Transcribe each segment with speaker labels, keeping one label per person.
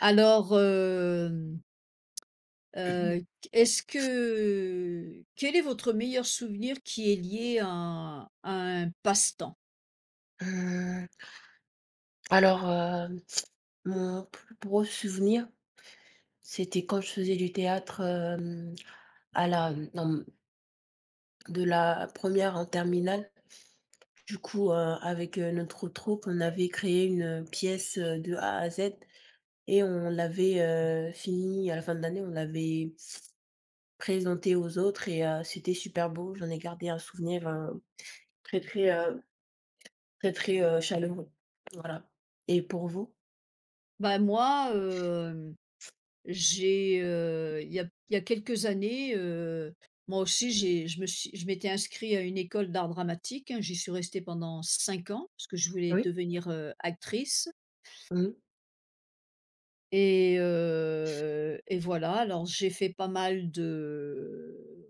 Speaker 1: Alors, hem, heu, est-ce que Quel est votre meilleur souvenir qui est lié à un passe-temps?
Speaker 2: Mmh, alors, mon plus gros souvenir, c'était quand je faisais du théâtre, à la dans de la première en terminale. Du coup, avec, notre troupe, on avait créé une, pièce, de A à Z et on l'avait, finie à la fin de l'année, on l'avait présentée aux autres et c'était super beau. J'en ai gardé un souvenir, très, très, très, très, chaleureux. Voilà, et pour vous?
Speaker 1: Ben moi, il y a quelques années, moi aussi j'ai je me suis je m'étais inscrit à une école d'art dramatique, hein. J'y suis restée pendant 5 ans parce que je voulais
Speaker 2: Oui.
Speaker 1: devenir actrice
Speaker 2: Mmh.
Speaker 1: et voilà. Alors j'ai fait pas mal de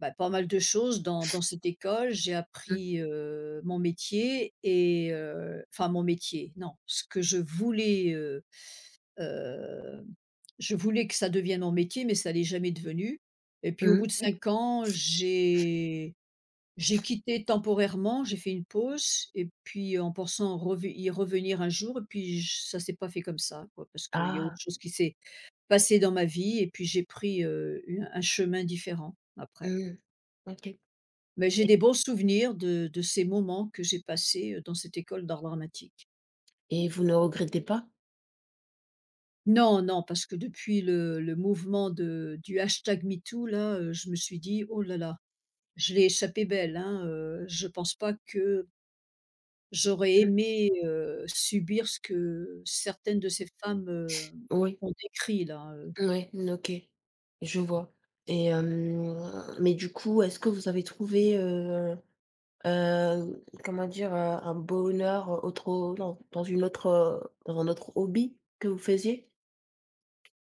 Speaker 1: Pas mal de choses dans cette école. J'ai
Speaker 2: Mmh.
Speaker 1: appris mon métier et enfin mon métier, non, ce que je voulaishem, je voulais que ça devienne mon métier, mais ça l'est jamais devenu et puis au
Speaker 2: Mmh.
Speaker 1: bout de
Speaker 2: Oui.
Speaker 1: 5 ans, j'ai quitté temporairement, j'ai fait une pause et puis en pensant rev y revenir un jour et puis j ça s'est pas fait comme ça quoi, parce qu'il y a
Speaker 2: Ah!
Speaker 1: autre chose qui s'est passé dans ma vie et puis j'ai pris une un chemin différent après.
Speaker 2: Mmh. OK,
Speaker 1: Mais j'ai des bons souvenirs de ces moments que j'ai passés dans cette école d'art dramatique.
Speaker 2: et vous ne regrettez pas?
Speaker 1: Non, non, parce que depuis le mouvement de du hashtag #MeToo là, je me suis dit: «Oh là là, je l'ai échappé belle, hein, je pense pas que j'aurais
Speaker 2: Mmh.
Speaker 1: aimé subir ce que certaines de ces femmes
Speaker 2: Oui,
Speaker 1: ont décrit là,
Speaker 2: oui, mmh, OK. Je vois, et mais du coup, est-ce que vous avez trouvé, comment dire? Un bonheur autre dans une autre, dans un autre hobby que vous faisiez?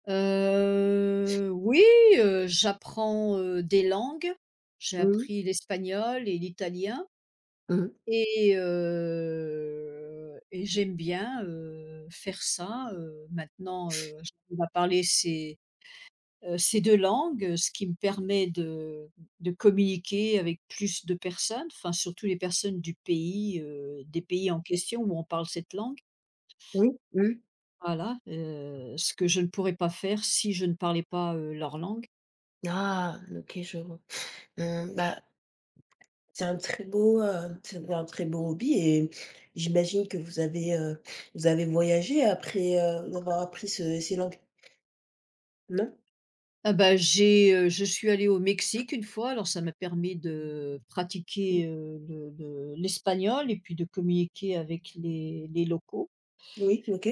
Speaker 1: Oui, j'apprends des langues. J'ai
Speaker 2: Mmh.
Speaker 1: appris l'espagnol et l'italien.
Speaker 2: Mmh.
Speaker 1: Et j'aime bien faire ça maintenant j'arrive à parler ces 2 langues, ce qui me permet de communiquer avec plus de personnes, enfin surtout les personnes du pays des pays en question où on parle cette langue.
Speaker 2: Oui. Mmh.
Speaker 1: Voilà ce que je ne pourrais pas faire si je ne parlais pas leur langue.
Speaker 2: Ah! OK, je vois. Mmh, Bah, c'est un très beau hobby et j'imagine que vous avez, vous avez voyagé après, avoir appris ce ces langues, non?
Speaker 1: Ah bah, je suis allée au Mexique une fois, alors ça m'a permis de pratiquer le l'espagnol et puis de communiquer avec les locaux.
Speaker 2: Oui, OK.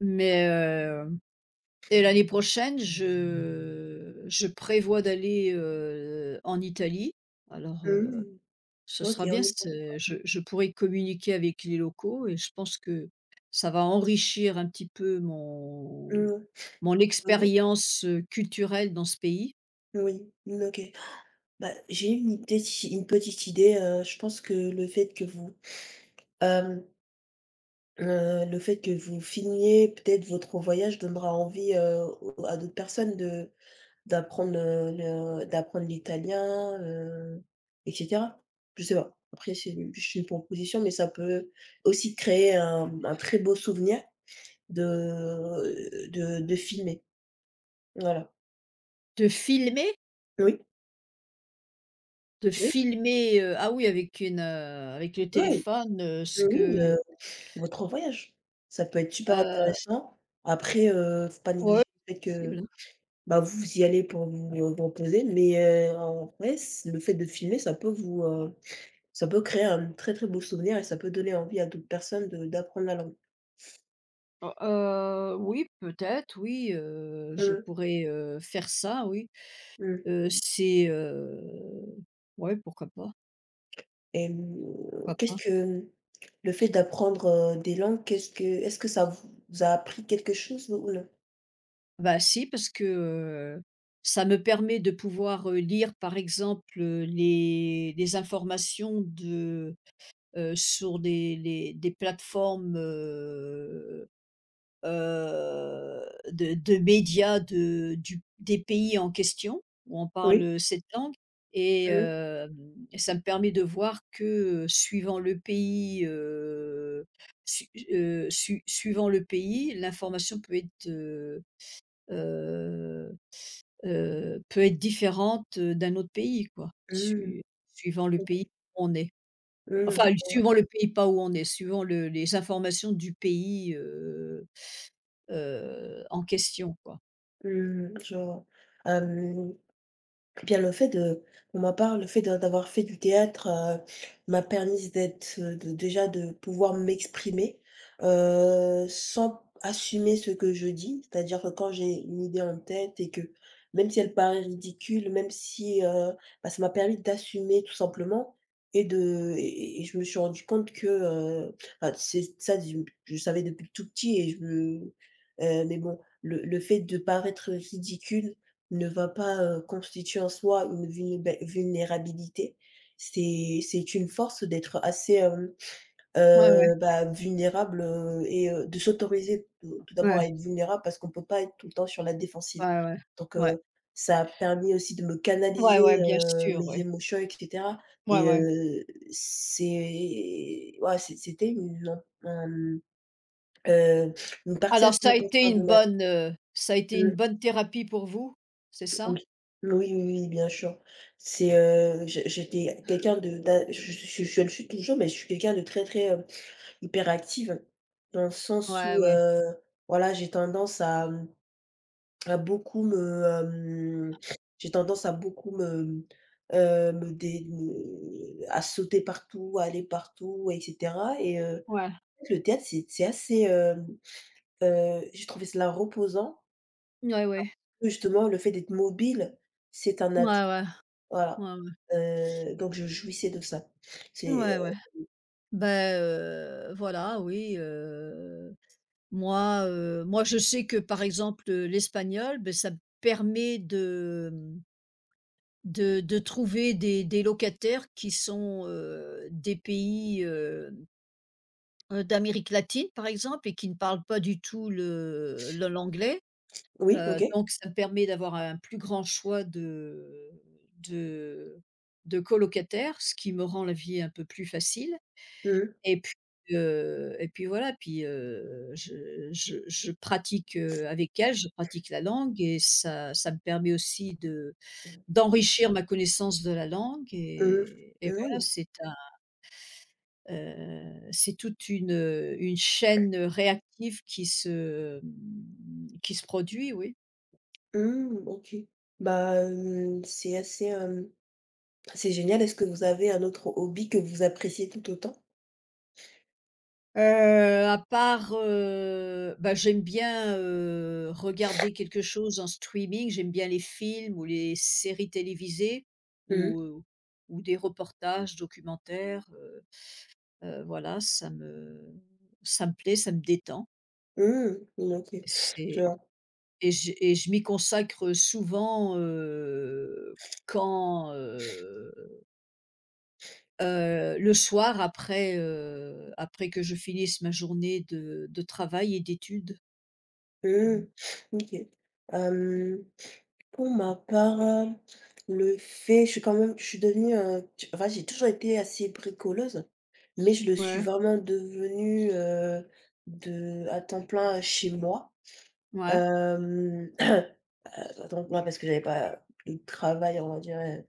Speaker 1: Mais, et l'année prochaine, je prévois d'aller en Italie. Alors, heu,
Speaker 2: Mmh.
Speaker 1: Ce
Speaker 2: OK,
Speaker 1: sera bien,
Speaker 2: en Italie.
Speaker 1: c'est je pourrai communiquer avec les locaux et je pense que ça va enrichir un petit peu
Speaker 2: Mmh.
Speaker 1: mon
Speaker 2: Mmh.
Speaker 1: expérience culturelle dans ce pays.
Speaker 2: Oui, mmh, OK. Bah, j'ai une idée, si, une petite idée, je pense que le fait que hem, vous filmiez peut-être votre voyage donnera envie, au à d'autres personnes de d'apprendre, le d'apprendre l'italien, et cetera. Je sais pas. Après, c'est une juste une proposition, mais ça peut aussi créer un très beau souvenir de filmer. Voilà.
Speaker 1: De filmer?
Speaker 2: Oui?
Speaker 1: De
Speaker 2: Oui,
Speaker 1: filmer ah oui avec avec le
Speaker 2: oui,
Speaker 1: téléphone, ce
Speaker 2: oui,
Speaker 1: que
Speaker 2: votre voyage. Ça peut être super
Speaker 1: heu,
Speaker 2: intéressant. Après, faut pas
Speaker 1: ouais,
Speaker 2: négliger le fait
Speaker 1: c'est
Speaker 2: que,
Speaker 1: possible, hein.
Speaker 2: bah, vous vous y allez pour vous, vous reposer, mais en vrai, c le fait de filmer, ça peut créer un très, très beau souvenir et ça peut donner envie à d'autres personnes de d'apprendre la langue.
Speaker 1: Heu, oui peut-être oui,
Speaker 2: Mmh
Speaker 1: je
Speaker 2: mh.
Speaker 1: pourrais faire ça oui.
Speaker 2: Mmh.
Speaker 1: Heu, c'est, heu, ouais pourquoi pas,
Speaker 2: Hem,
Speaker 1: pourquoi
Speaker 2: Qu'est-ce
Speaker 1: pas.
Speaker 2: que le fait d'apprendre, des langues, qu'est-ce que est-ce que ça vous a appris quelque chose ou non?
Speaker 1: Bah si parce que, heu, ça me permet de pouvoir lire par exemple les informations sur des plateformesheu, de médias de du des pays en question où on
Speaker 2: Oui.
Speaker 1: parle cette langue et
Speaker 2: Mmh.
Speaker 1: ça me permet de voir que suivant le pays, su su suivant le pays, l'information heu peut être différente d'un autre pays quoi,
Speaker 2: Mmh.
Speaker 1: su suivant le pays
Speaker 2: OK.
Speaker 1: où on est.
Speaker 2: Mmh,
Speaker 1: Enfin,
Speaker 2: je vois.
Speaker 1: suivant le pays, pas où on est, suivant le les informations du pays, en question, quoi.
Speaker 2: Mmh, je vois. Eh bien, le fait de pour ma part, le fait d'avoir fait du théâtre, m'a permis d'être, de, déjà, de pouvoir m'exprimer, sans assumer ce que je dis. C'est-à-dire que quand j'ai une idée en tête, et que même si elle paraît ridicule, même si, bah, ça m'a permis d'assumer tout simplement, et de et je me suis rendu compte que, bah, c'est ça, je savais depuis tout petit, et je me mais bon, le fait de paraître ridicule ne va pas, constituer en soi une vulnéba vulnérabilité. C'est une force d'être assez,
Speaker 1: Ouais, ouais,
Speaker 2: bah, vulnérable, et de s'autoriser tout d'abord
Speaker 1: ouais,
Speaker 2: à être vulnérable parce qu'on ne peut pas être tout le temps sur la défensive.
Speaker 1: ouais, ouais,
Speaker 2: Donc
Speaker 1: ouais.
Speaker 2: ça a permis aussi de me
Speaker 1: Ouais,
Speaker 2: canaliser,
Speaker 1: ouais, bien sûr,
Speaker 2: mes
Speaker 1: oui.
Speaker 2: émotions, et cetera,
Speaker 1: Ouais,
Speaker 2: et
Speaker 1: ouais.
Speaker 2: c'est, ouais, c'était une partie
Speaker 1: Alors
Speaker 2: assez
Speaker 1: ça a été
Speaker 2: importante de ma vie.
Speaker 1: ça a été une
Speaker 2: Mmh.
Speaker 1: bonne thérapie pour vous? C'est ça?
Speaker 2: Oui. Oui, oui, oui, bien sûr. Je j'étais quelqu'un de d'a je le suis toujours, mais je suis quelqu'un de très, très, hyperactive, dans le sens
Speaker 1: Ouais,
Speaker 2: où,
Speaker 1: ouais,
Speaker 2: voilà, j'ai tendance à beaucoup me, me dé me à sauter partout, à aller partout, et cetera, et
Speaker 1: ouais,
Speaker 2: le théâtre, c'est assez, j'ai trouvé cela reposant.
Speaker 1: ouais, ouais, ouais,
Speaker 2: Justement, le fait d'être mobile, c'est un atout.
Speaker 1: ouais,
Speaker 2: Voilà,
Speaker 1: ouais,
Speaker 2: donc je jouissais de ça.
Speaker 1: ouais,
Speaker 2: C'est,
Speaker 1: ouais, ouais.
Speaker 2: heu
Speaker 1: Beh, voilà, oui, moi je sais que par exemple l'espagnol, ben, ça me permet de, mmh, de trouver des locataires qui sont des pays, heu. D'Amérique latine, par exemple et qui ne parlent pas du tout le l'anglais,
Speaker 2: oui, OK.
Speaker 1: donc ça me permet d'avoir un plus grand choix de de colocataires, ce qui me rend la vie un peu plus facile
Speaker 2: Mmh
Speaker 1: et puis, et puis voilà, puis je pratique avec elle je pratique la langue et ça me permet aussi de
Speaker 2: mh.
Speaker 1: d'enrichir ma connaissance de la langue
Speaker 2: Mmh mh.
Speaker 1: et voilà,
Speaker 2: Oui.
Speaker 1: c'est. C'est toute une chaîne, réactive qui se, mmh, qui se produit, oui.
Speaker 2: Mmh, OK. Bah, c'est génial. Est-ce que vous avez un autre hobby que vous appréciez tout autant?
Speaker 1: Heu, à part bah, j'aime bien regarder quelque chose en streaming, j'aime bien les films ou les séries télévisées
Speaker 2: Mmh mh.
Speaker 1: ou, heu, ou des reportages, documentaires, voilà, ça me plaît, ça me détend.
Speaker 2: Mmh, mmh, OK. Je
Speaker 1: C'est
Speaker 2: vois.
Speaker 1: Et je m'y consacre souventquand, le soir après après que je finisse ma journée de travail et d'études.
Speaker 2: Mmh,
Speaker 1: Mmh.
Speaker 2: OK. Hem Pour ma part, le fait je suis quand même je suis devenue, tu enfin j'ai toujours été assez bricoleuse, mais je le suis
Speaker 1: Ouais.
Speaker 2: vraiment devenue, de à temps plein, chez moi.
Speaker 1: Ouais,
Speaker 2: Hem, à temps plein parce que j'avais pas de travail, on va dire,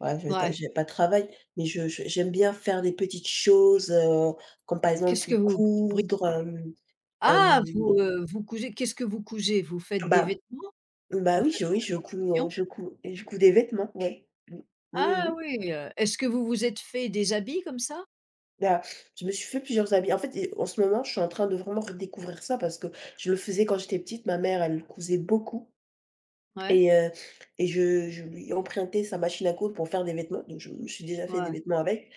Speaker 2: voilà, j'avais ta
Speaker 1: ouais.
Speaker 2: j'avais pas de travail, mais je j'aime bien faire des petites choses, comme par
Speaker 1: Qu'est-ce
Speaker 2: exemple
Speaker 1: que vous bri
Speaker 2: coudre,
Speaker 1: ah vous
Speaker 2: hem,
Speaker 1: vous cousez qu'est-ce que vous cousez? Vous faites des
Speaker 2: bah,
Speaker 1: vêtements? Vous
Speaker 2: bah, oui,
Speaker 1: faites
Speaker 2: je
Speaker 1: de
Speaker 2: oui,
Speaker 1: la
Speaker 2: je couds, heu,
Speaker 1: confection?
Speaker 2: je couds je couds des vêtements, ouais. Mmh. Oui, oui,
Speaker 1: Ah
Speaker 2: oui.
Speaker 1: oui est-ce que vous vous êtes fait des habits comme ça?
Speaker 2: Là, je me suis fait plusieurs habits. En fait, et en ce moment, je suis en train de vraiment redécouvrir ça parce que je le faisais quand j'étais petite. Ma mère, elle cousait beaucoup,
Speaker 1: Ouais,
Speaker 2: et et je lui empruntais sa machine à coudre pour faire des vêtements. Donc je me suis déjà fait des
Speaker 1: ouais,
Speaker 2: vêtements avec.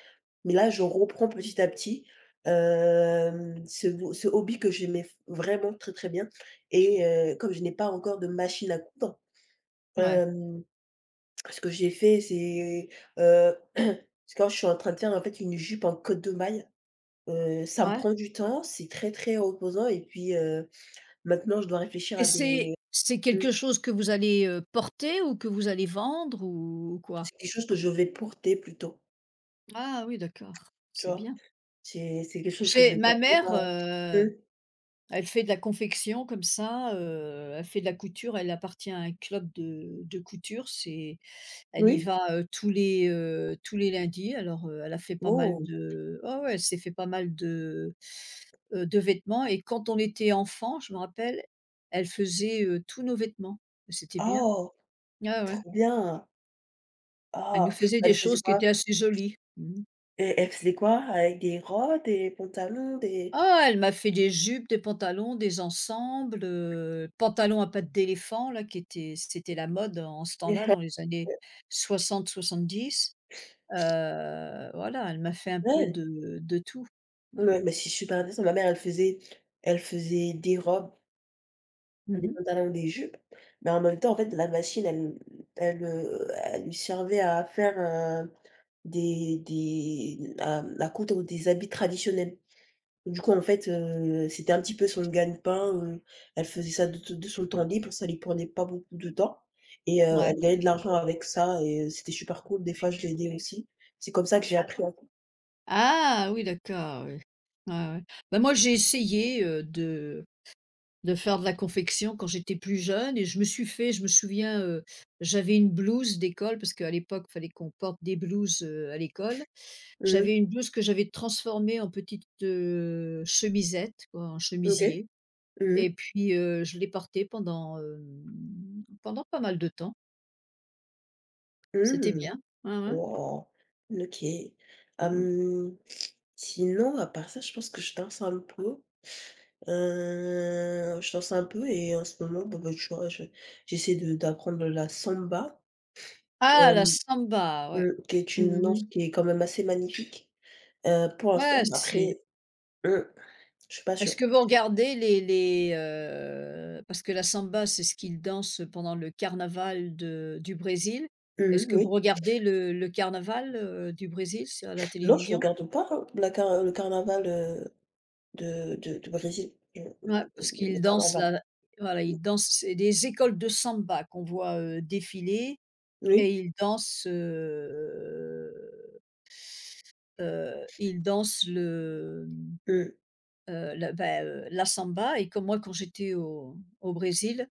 Speaker 2: Mais là, je reprends petit à petit, ce hobby que j'aimais f vraiment très, très bien, et comme je n'ai pas encore de machine à coudre,
Speaker 1: ouais,
Speaker 2: hem, ce que j'ai fait, c'est, quand, je suis en train de faire, en fait, une jupe en côte de maille. Ça me
Speaker 1: ouais.
Speaker 2: prend du temps, c'est très, très reposant, et puis, maintenant je dois réfléchir
Speaker 1: Et
Speaker 2: à
Speaker 1: c'est
Speaker 2: des… mmh,
Speaker 1: quelque chose que vous allez porter ou que vous allez vendre ou quoi?
Speaker 2: c'est quelque chose que je vais porter plutôt,
Speaker 1: Ah oui d'accord,
Speaker 2: tu
Speaker 1: c'est
Speaker 2: vois?
Speaker 1: bien.
Speaker 2: C'est quelque chose que je
Speaker 1: J'ai
Speaker 2: vais
Speaker 1: ma
Speaker 2: porter
Speaker 1: mère,
Speaker 2: pas mmh,
Speaker 1: heu. Elle fait de la confection comme ça elle fait de la couture, elle appartient à un club de couture, c'est elle y
Speaker 2: Oui?
Speaker 1: va, tous les lundis. Alors elle a fait pas mal
Speaker 2: Oh!
Speaker 1: de oh ouais, elle s'est fait pas mal de de vêtements et quand on était enfant, je me rappelle, elle faisait tous nos vêtements. C'était bien.
Speaker 2: Oh!
Speaker 1: Ah ouais.
Speaker 2: Trop bien!
Speaker 1: Elle nous
Speaker 2: Ah!
Speaker 1: faisait des
Speaker 2: Elle faisait
Speaker 1: choses qui
Speaker 2: quoi?
Speaker 1: étaient assez jolies. Mmh.
Speaker 2: Elle faisait quoi? Avec des robes, des pantalons, des
Speaker 1: Ah, elle m'a fait des jupes, des pantalons, des ensembles pantalon à pattes d'éléphant là qui était c'était la mode en ce temps-là
Speaker 2: des
Speaker 1: dans les années soixante 70. Voilà, elle m'a fait un peu
Speaker 2: ouais,
Speaker 1: de tout. Ouais.
Speaker 2: ouais, mais c'est super intéressant. Ma mère, elle faisait des robes, des
Speaker 1: Mmh.
Speaker 2: pantalons, ou des jupes, mais en même temps, en fait, la machine, elle lui servait à faire, heu, des à coudre des habits traditionnels. Du coup, en fait, c'était un petit peu son gagne-pain, elle faisait ça de son temps libre, ça lui prenait pas beaucoup de temps, et
Speaker 1: Ouais.
Speaker 2: elle gagnait de l'argent avec ça, et c'était super cool. Des fois, je l'aidais aussi. C'est comme ça que j'ai appris à…
Speaker 1: Ah oui, d'accord, oui. Ouais, ouais. Bah, moi, j'ai essayé, de faire de la confection quand j'étais plus jeune et je me souviens j'avais une blouse d'école parce qu'à l'époque, il fallait qu'on porte des blouses à l'école.
Speaker 2: Mmh mh.
Speaker 1: J'avais une blouse que j'avais transformée en petite chemisette, quoi, en
Speaker 2: OK.
Speaker 1: chemisier
Speaker 2: Mmh mh.
Speaker 1: et puis je l'ai portée pendant pendant pas mal de temps. C'était
Speaker 2: Mmh.
Speaker 1: bien. Ouais, ouais.
Speaker 2: Wow, OK.
Speaker 1: Mmh.
Speaker 2: Hem, Sinon, à part ça, je pense que je danse un peu. Je danse un peu, et en ce moment, bah, bah, tu vois, je j'essaie de d'apprendre la samba,
Speaker 1: Ah, la
Speaker 2: hem,
Speaker 1: samba, ouais.
Speaker 2: mmh, qui est une danse
Speaker 1: Mmh.
Speaker 2: qui est quand même assez magnifique, pour
Speaker 1: Ouais,
Speaker 2: l'instant. Mais
Speaker 1: c'est.
Speaker 2: après, mmh, je suis pas sûre.
Speaker 1: Est-ce que vous regardez les, parce que la samba, c'est ce qu'ils dansent pendant le carnaval de du Brésil.
Speaker 2: Mmh.
Speaker 1: Est-ce que vous
Speaker 2: Oui.
Speaker 1: regardez le carnaval du Brésil, sur la
Speaker 2: Non, je
Speaker 1: télévision?
Speaker 2: regarde pas, hein, la car le carnaval, de du Brésil. Je,
Speaker 1: Ouais, parce
Speaker 2: le
Speaker 1: qu'ils dansent
Speaker 2: carnaval.
Speaker 1: là, voilà, ils dansent c'est des écoles de samba qu'on voit défiler
Speaker 2: Oui.
Speaker 1: et ils dansent ils dansent le, mmh,
Speaker 2: Mmh.
Speaker 1: la la samba et comme moi, quand j'étais au Brésil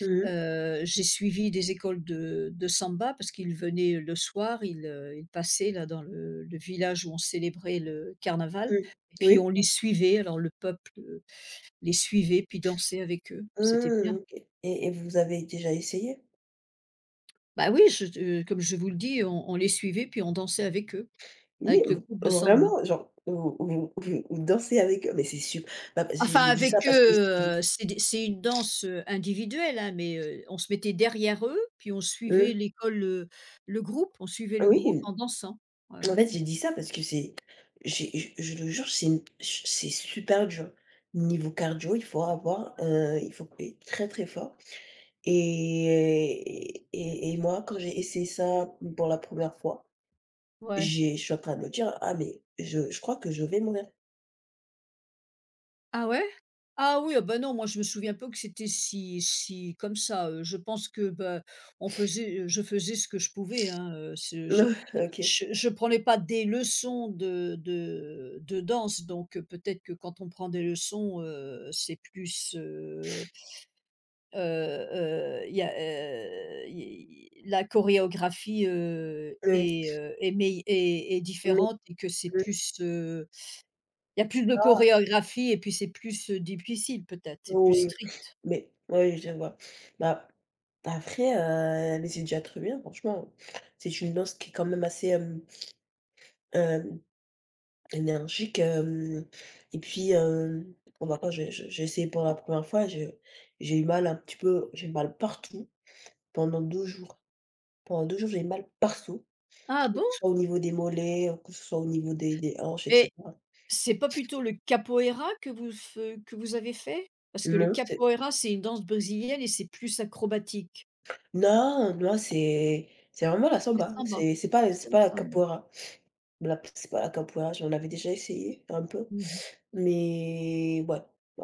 Speaker 2: Mmh mh.
Speaker 1: j'ai suivi des écoles de samba parce qu'ils venaient le soir, ils ils passaient là dans le village où on célébrait le carnaval
Speaker 2: Mmh.
Speaker 1: et puis
Speaker 2: Oui.
Speaker 1: on les suivait. Alors le peuple les suivait puis dansait avec eux. C'était
Speaker 2: Mmh,
Speaker 1: bien.
Speaker 2: OK, et vous avez déjà essayé?
Speaker 1: Bah oui, je te comme je vous le dis, on les suivait puis on dansait avec eux,
Speaker 2: Oui,
Speaker 1: avec le
Speaker 2: v
Speaker 1: groupe de samba.
Speaker 2: vraiment, genre, vous dansez avec eux? Mais c'est sup… bah, bah, j'ai
Speaker 1: Enfin
Speaker 2: j'ai dit ça
Speaker 1: avec
Speaker 2: parce que c'était…
Speaker 1: eux c'est des c'est une danse individuelle, hein, mais on se mettait derrière eux puis on suivait
Speaker 2: mmh,
Speaker 1: l'école le groupe, on suivait le groupe
Speaker 2: oui,
Speaker 1: en dansant.
Speaker 2: en
Speaker 1: Voilà.
Speaker 2: fait, j'ai dit ça parce que c'est… j'ai je le jure, c'est une ch… c'est super dur. Niveau cardio, il faut être très, très fort, et moi, quand j'ai essayé ça pour la première fois,
Speaker 1: Ouais.
Speaker 2: j'ai je suis en train de me dire: «Ah, mais je crois que je vais mourir».
Speaker 1: Ah ouais? Ah oui, ah bah non, moi je me souviens pas que c'était si comme ça je pense que, bah, je faisais ce que je pouvais, hein, ce je
Speaker 2: OK.
Speaker 1: prenais pas des leçons de danse, donc peut-être que quand on prend des leçons c'est plus, il y a, i la chorégraphie
Speaker 2: Oui.
Speaker 1: est, est mei est est
Speaker 2: Mmh
Speaker 1: différente et que c'est
Speaker 2: mh.
Speaker 1: plus, il y a plus de
Speaker 2: Ah
Speaker 1: chorégraphie et puis c'est plus difficile peut-être, c'est plus
Speaker 2: oui,
Speaker 1: strict.
Speaker 2: mais oui, je vois. Bah, après, mais c'est déjà très bien, franchement. C'est une danse qui est quand même assez, hem, énergique, hem et puis, bon, bah, quand j'ai essayé pour la première fois, je j'ai eu mal un petit peu, j'ai eu mal partout pendant 2 jours. Pendant 2 jours, j'ai eu mal partout,
Speaker 1: Ah
Speaker 2: que
Speaker 1: bon?
Speaker 2: ce soit au niveau des mollets, que ce soit au niveau des hanches, et
Speaker 1: Mais
Speaker 2: cetera.
Speaker 1: c'est pas plutôt le capoeira que vous avez fait? Parce que le
Speaker 2: Non, c'est…
Speaker 1: capoeira, c'est une danse brésilienne et c'est plus acrobatique.
Speaker 2: non, non, c'est vraiment la
Speaker 1: C'est
Speaker 2: samba,
Speaker 1: samba.
Speaker 2: c'est c'est pas
Speaker 1: Ah, c'est
Speaker 2: c'est
Speaker 1: le
Speaker 2: pas la
Speaker 1: samba.
Speaker 2: capoeira. Bon, là, c'est pas la capoeira, j'en avais déjà essayé un peu,
Speaker 1: Mmh.
Speaker 2: mais ouais, voilà.